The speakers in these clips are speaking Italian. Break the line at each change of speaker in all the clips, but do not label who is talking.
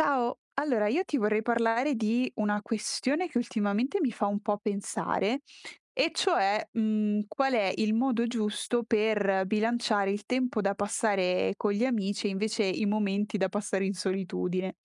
Ciao, allora io ti vorrei parlare di una questione che ultimamente mi fa un po' pensare, e cioè, qual è il modo giusto per bilanciare il tempo da passare con gli amici e invece i momenti da passare in solitudine.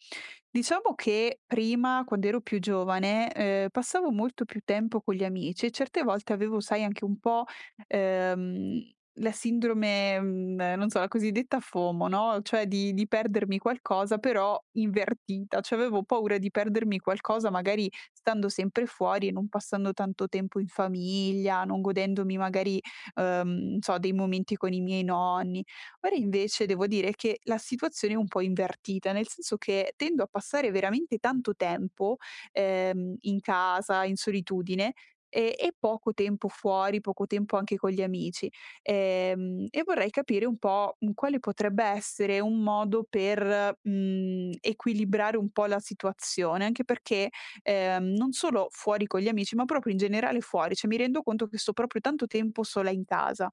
Diciamo che prima, quando ero più giovane, passavo molto più tempo con gli amici e certe volte avevo, sai, anche un po', ehm la sindrome, non so, la cosiddetta FOMO, no, cioè di perdermi qualcosa, però invertita, cioè avevo paura di perdermi qualcosa magari stando sempre fuori e non passando tanto tempo in famiglia, non godendomi magari, uhm, non so, dei momenti con i miei nonni. Ora invece devo dire che la situazione è un po' invertita, nel senso che tendo a passare veramente tanto tempo, in casa, in solitudine e poco tempo fuori, poco tempo anche con gli amici. E vorrei capire un po', quale potrebbe essere un modo per equilibrare un po' la situazione, anche perché, non solo fuori con gli amici, ma proprio in generale fuori, cioè mi rendo conto che sto proprio tanto tempo sola in casa.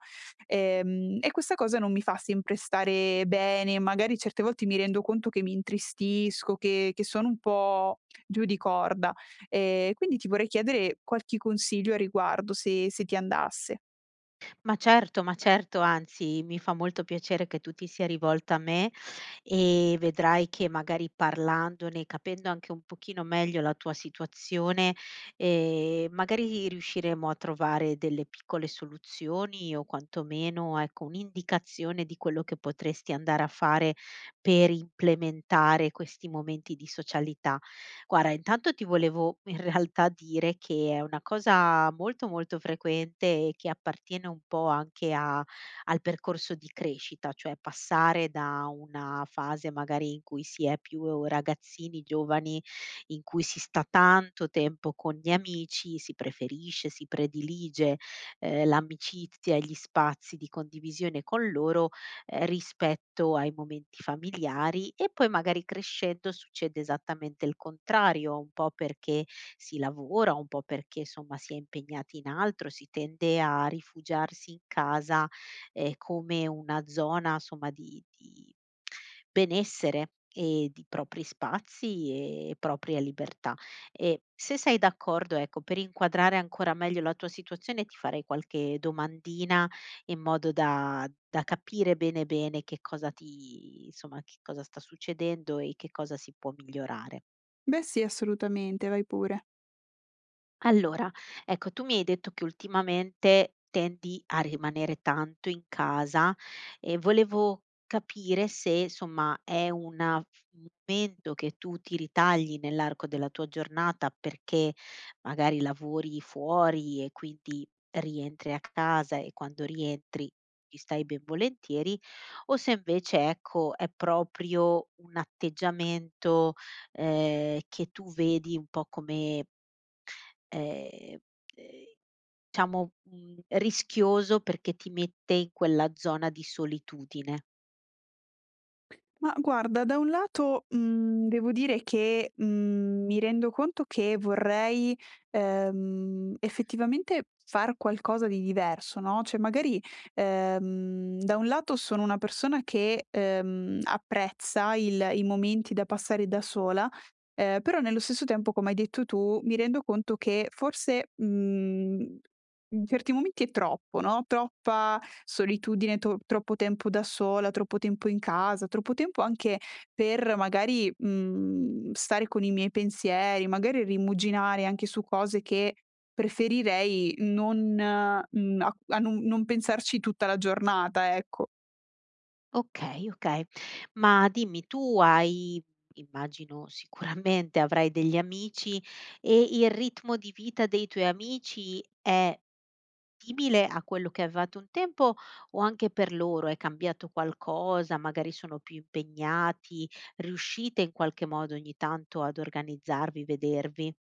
E questa cosa non mi fa sempre stare bene, magari certe volte mi rendo conto che mi intristisco, che sono un po' giù di corda. Quindi ti vorrei chiedere qualche consiglio a riguardo se ti andasse.
Ma certo, anzi mi fa molto piacere che tu ti sia rivolta a me e vedrai che magari parlandone, capendo anche un pochino meglio la tua situazione, magari riusciremo a trovare delle piccole soluzioni o quantomeno, ecco, un'indicazione di quello che potresti andare a fare per implementare questi momenti di socialità. Guarda, intanto ti volevo in realtà dire che è una cosa molto, molto frequente e che appartiene un po' anche a al percorso di crescita, cioè passare da una fase magari in cui si è più ragazzini, giovani, in cui si sta tanto tempo con gli amici, si preferisce, si predilige, l'amicizia e gli spazi di condivisione con loro, rispetto ai momenti familiari. E poi magari crescendo succede esattamente il contrario, un po' perché si lavora, un po' perché insomma si è impegnati in altro, si tende a rifugiarsi in casa, come una zona somma di benessere e di propri spazi e propria libertà. Se sei d'accordo, ecco, per inquadrare ancora meglio la tua situazione ti farei qualche domandina in modo da capire bene che cosa ti insomma, che cosa sta succedendo e che cosa si può migliorare.
Beh sì, assolutamente, vai pure.
Allora, ecco, tu mi hai detto che ultimamente tendi a rimanere tanto in casa e volevo capire se, insomma, è una un momento che tu ti ritagli nell'arco della tua giornata perché magari lavori fuori e quindi rientri a casa e quando rientri ci stai ben volentieri, o se invece, ecco, è proprio un atteggiamento, che tu vedi un po' come Ehm, ehm, diciamo, rischioso perché ti mette in quella zona di solitudine.
Ma guarda, da un lato, devo dire che, mi rendo conto che vorrei, effettivamente far qualcosa di diverso, no, cioè magari, da un lato sono una persona che apprezza il i momenti da passare da sola, però nello stesso tempo, come hai detto tu, mi rendo conto che forse, in certi momenti è troppo, no, troppa solitudine, to troppo tempo da sola, troppo tempo in casa, troppo tempo anche per magari, stare con i miei pensieri, magari rimuginare anche su cose che preferirei non mhmm, a a non non pensarci tutta la giornata, ecco.
Okay, okay. Ma dimmi, tu hai, immagino, sicuramente avrai degli amici e il ritmo di vita dei tuoi amici è simile a quello che avevate un tempo o anche per loro è cambiato qualcosa? Magari sono più impegnati, riuscite in qualche modo ogni tanto ad organizzarvi, vedervi?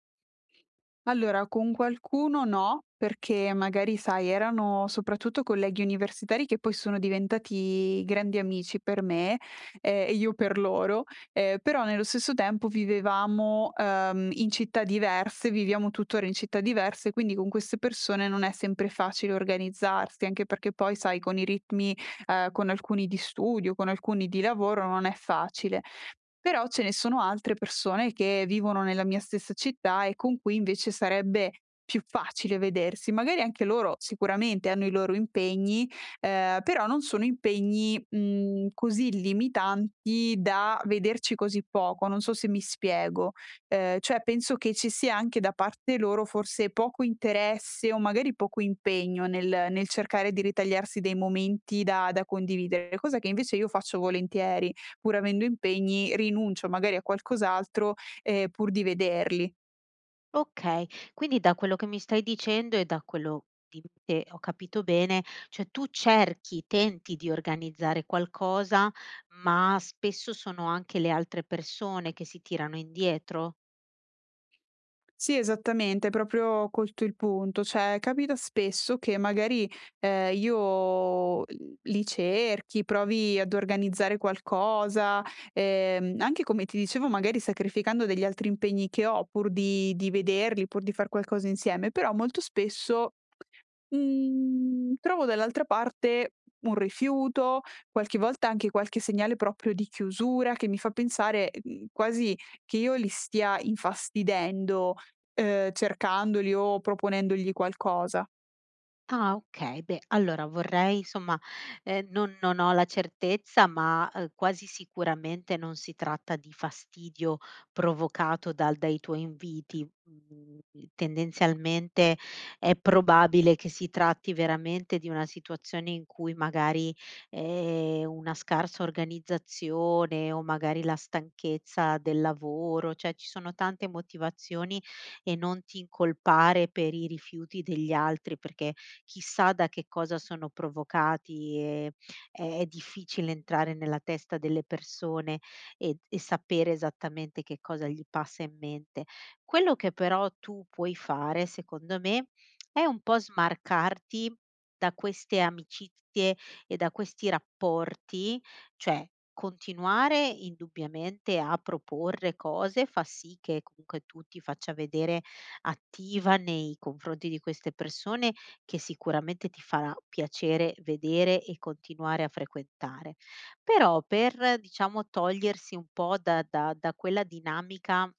Allora, con qualcuno no, perché magari sai, erano soprattutto colleghi universitari che poi sono diventati grandi amici per me, e io per loro, però nello stesso tempo vivevamo in città diverse, viviamo tuttora in città diverse, quindi con queste persone non è sempre facile organizzarsi, anche perché poi sai con i ritmi, con alcuni di studio, con alcuni di lavoro non è facile. Però ce ne sono altre persone che vivono nella mia stessa città e con cui invece sarebbe più facile vedersi. Magari anche loro sicuramente hanno i loro impegni, però non sono impegni, così limitanti da vederci così poco, non so se mi spiego. Cioè penso che ci sia anche da parte loro forse poco interesse o magari poco impegno nel cercare di ritagliarsi dei momenti da condividere, cosa che invece io faccio volentieri pur avendo impegni, rinuncio magari a qualcos'altro, pur di vederli.
Okay, quindi da quello che mi stai dicendo e da quello di te ho capito bene, cioè tu cerchi, tenti di organizzare qualcosa, ma spesso sono anche le altre persone che si tirano indietro?
Sì, esattamente, hai proprio colto il punto. Cioè, capita spesso che magari, io l li cerchi, provi ad organizzare qualcosa, anche come ti dicevo magari sacrificando degli altri impegni che ho pur di vederli, pur di far qualcosa insieme, però molto spesso trovo dall'altra parte un rifiuto, qualche volta anche qualche segnale proprio di chiusura che mi fa pensare, quasi che io li stia infastidendo, cercandoli o proponendogli qualcosa.
Ah, okay, beh allora vorrei insomma, non ho la certezza, ma, quasi sicuramente non si tratta di fastidio provocato dal dai tuoi inviti. Mhmm, Tendenzialmente è probabile che si tratti veramente di una situazione in cui magari, una scarsa organizzazione o magari la stanchezza del lavoro, cioè ci sono tante motivazioni, e non ti incolpare per i rifiuti degli altri, perché chissà da che cosa sono provocati e è difficile entrare nella testa delle persone e sapere esattamente che cosa gli passa in mente. Quello che però tu puoi fare, secondo me, è un po' smarcarti da queste amicizie e da questi rapporti, cioè continuare indubbiamente a proporre cose fa sì che comunque tu ti faccia vedere attiva nei confronti di queste persone che sicuramente ti farà piacere vedere e continuare a frequentare. Però per, diciamo, togliersi un po' da quella dinamica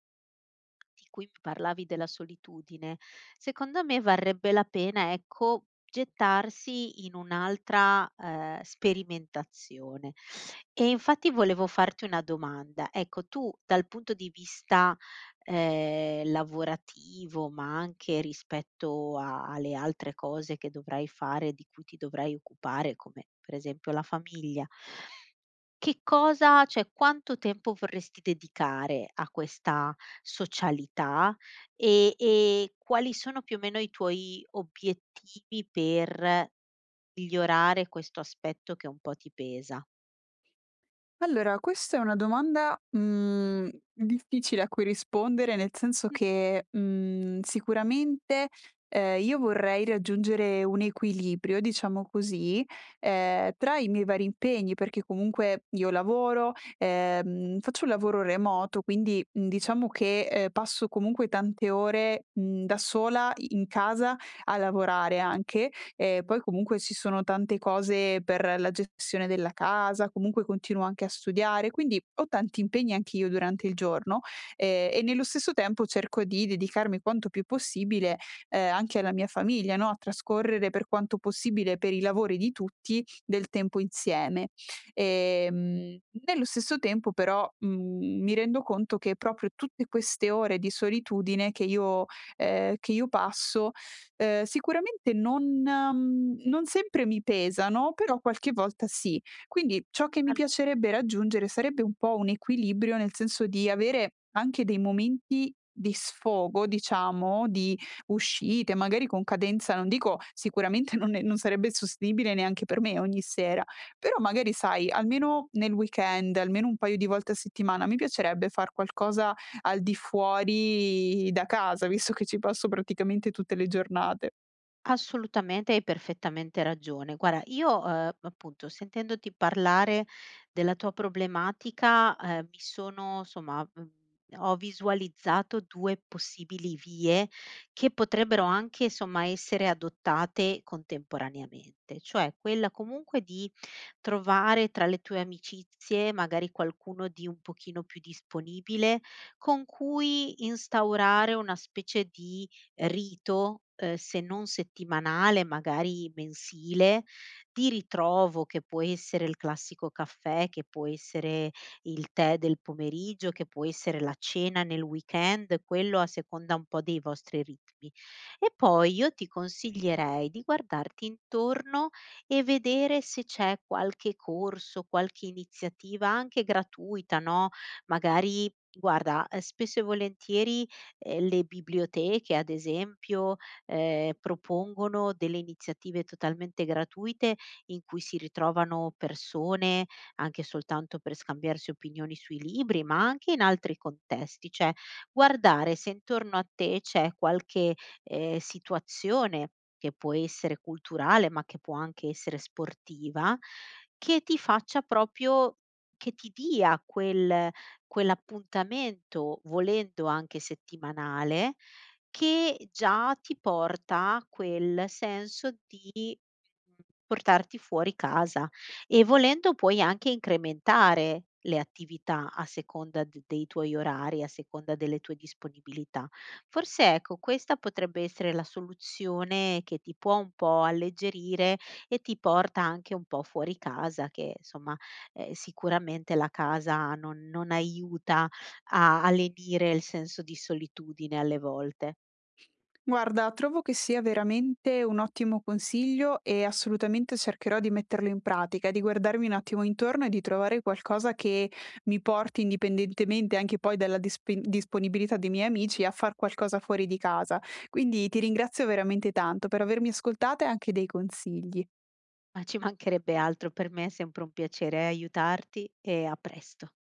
di cui mi parlavi della solitudine, secondo me varrebbe la pena, ecco, gettarsi in un'altra, sperimentazione. E infatti volevo farti una domanda: ecco, tu dal punto di vista, lavorativo, ma anche rispetto a alle altre cose che dovrai fare, di cui ti dovrai occupare, come per esempio la famiglia, che cosa, cioè quanto tempo vorresti dedicare a questa socialità e quali sono più o meno i tuoi obiettivi per migliorare questo aspetto che un po' ti pesa?
Allora, questa è una domanda, difficile a cui rispondere, nel senso
Mh.
che, sicuramente, io vorrei raggiungere un equilibrio, diciamo così, tra i miei vari impegni, perché comunque io lavoro, faccio un lavoro remoto, quindi, diciamo che passo comunque tante ore, da sola in casa a lavorare anche. Poi comunque ci sono tante cose per la gestione della casa, comunque continuo anche a studiare, quindi ho tanti impegni anche io durante il giorno, e nello stesso tempo cerco di dedicarmi quanto più possibile, anche alla mia famiglia, no, a trascorrere per quanto possibile, per i lavori di tutti, del tempo insieme. Ehm, nello stesso tempo però, mi rendo conto che proprio tutte queste ore di solitudine che io passo sicuramente non sempre mi pesano, però qualche volta sì. Quindi ciò che mi
al
piacerebbe raggiungere sarebbe un po' un equilibrio, nel senso di avere anche dei momenti di sfogo, diciamo, di uscite, magari con cadenza non dico sicuramente non è non sarebbe sostenibile neanche per me ogni sera, però magari sai, almeno nel weekend, almeno un paio di volte a settimana, mi piacerebbe far qualcosa al di fuori da casa, visto che ci passo praticamente tutte le giornate.
Assolutamente, hai perfettamente ragione. Guarda, io, appunto, sentendoti parlare della tua problematica, mi sono somma, mhmm, ho visualizzato 2 possibili vie che potrebbero anche, somma, essere adottate contemporaneamente, cioè quella comunque di trovare tra le tue amicizie magari qualcuno di un pochino più disponibile, con cui instaurare una specie di rito, se non settimanale, magari mensile, di ritrovo che può essere il classico caffè, che può essere il tè del pomeriggio, che può essere la cena nel weekend, quello a seconda un po' dei vostri ritmi. E poi io ti consiglierei di guardarti intorno e vedere se c'è qualche corso, qualche iniziativa anche gratuita, no, magari guarda, spesso e volentieri le biblioteche ad esempio, propongono delle iniziative totalmente gratuite in cui si ritrovano persone anche soltanto per scambiarsi opinioni sui libri, ma anche in altri contesti. Cioè, guardare se intorno a te c'è qualche, situazione che può essere culturale, ma che può anche essere sportiva, che ti faccia proprio, che ti dia quel quell'appuntamento, volendo anche settimanale, che già ti porta quel senso di mh, portarti fuori casa, e volendo puoi anche incrementare le attività a seconda d dei tuoi orari, a seconda delle tue disponibilità. Forse ecco, questa potrebbe essere la soluzione che ti può un po' alleggerire e ti porta anche un po' fuori casa, che, insomma, sicuramente la casa non aiuta a lenire il senso di solitudine alle volte.
Guarda, trovo che sia veramente un ottimo consiglio e assolutamente cercherò di metterlo in pratica, di guardarmi un attimo intorno e di trovare qualcosa che mi porti, indipendentemente anche poi dalla disponibilità dei miei amici, a far qualcosa fuori di casa. Quindi ti ringrazio veramente tanto per avermi ascoltata e anche dei consigli.
Ma ci mancherebbe altro. Per me è sempre un piacere aiutarti, e a presto.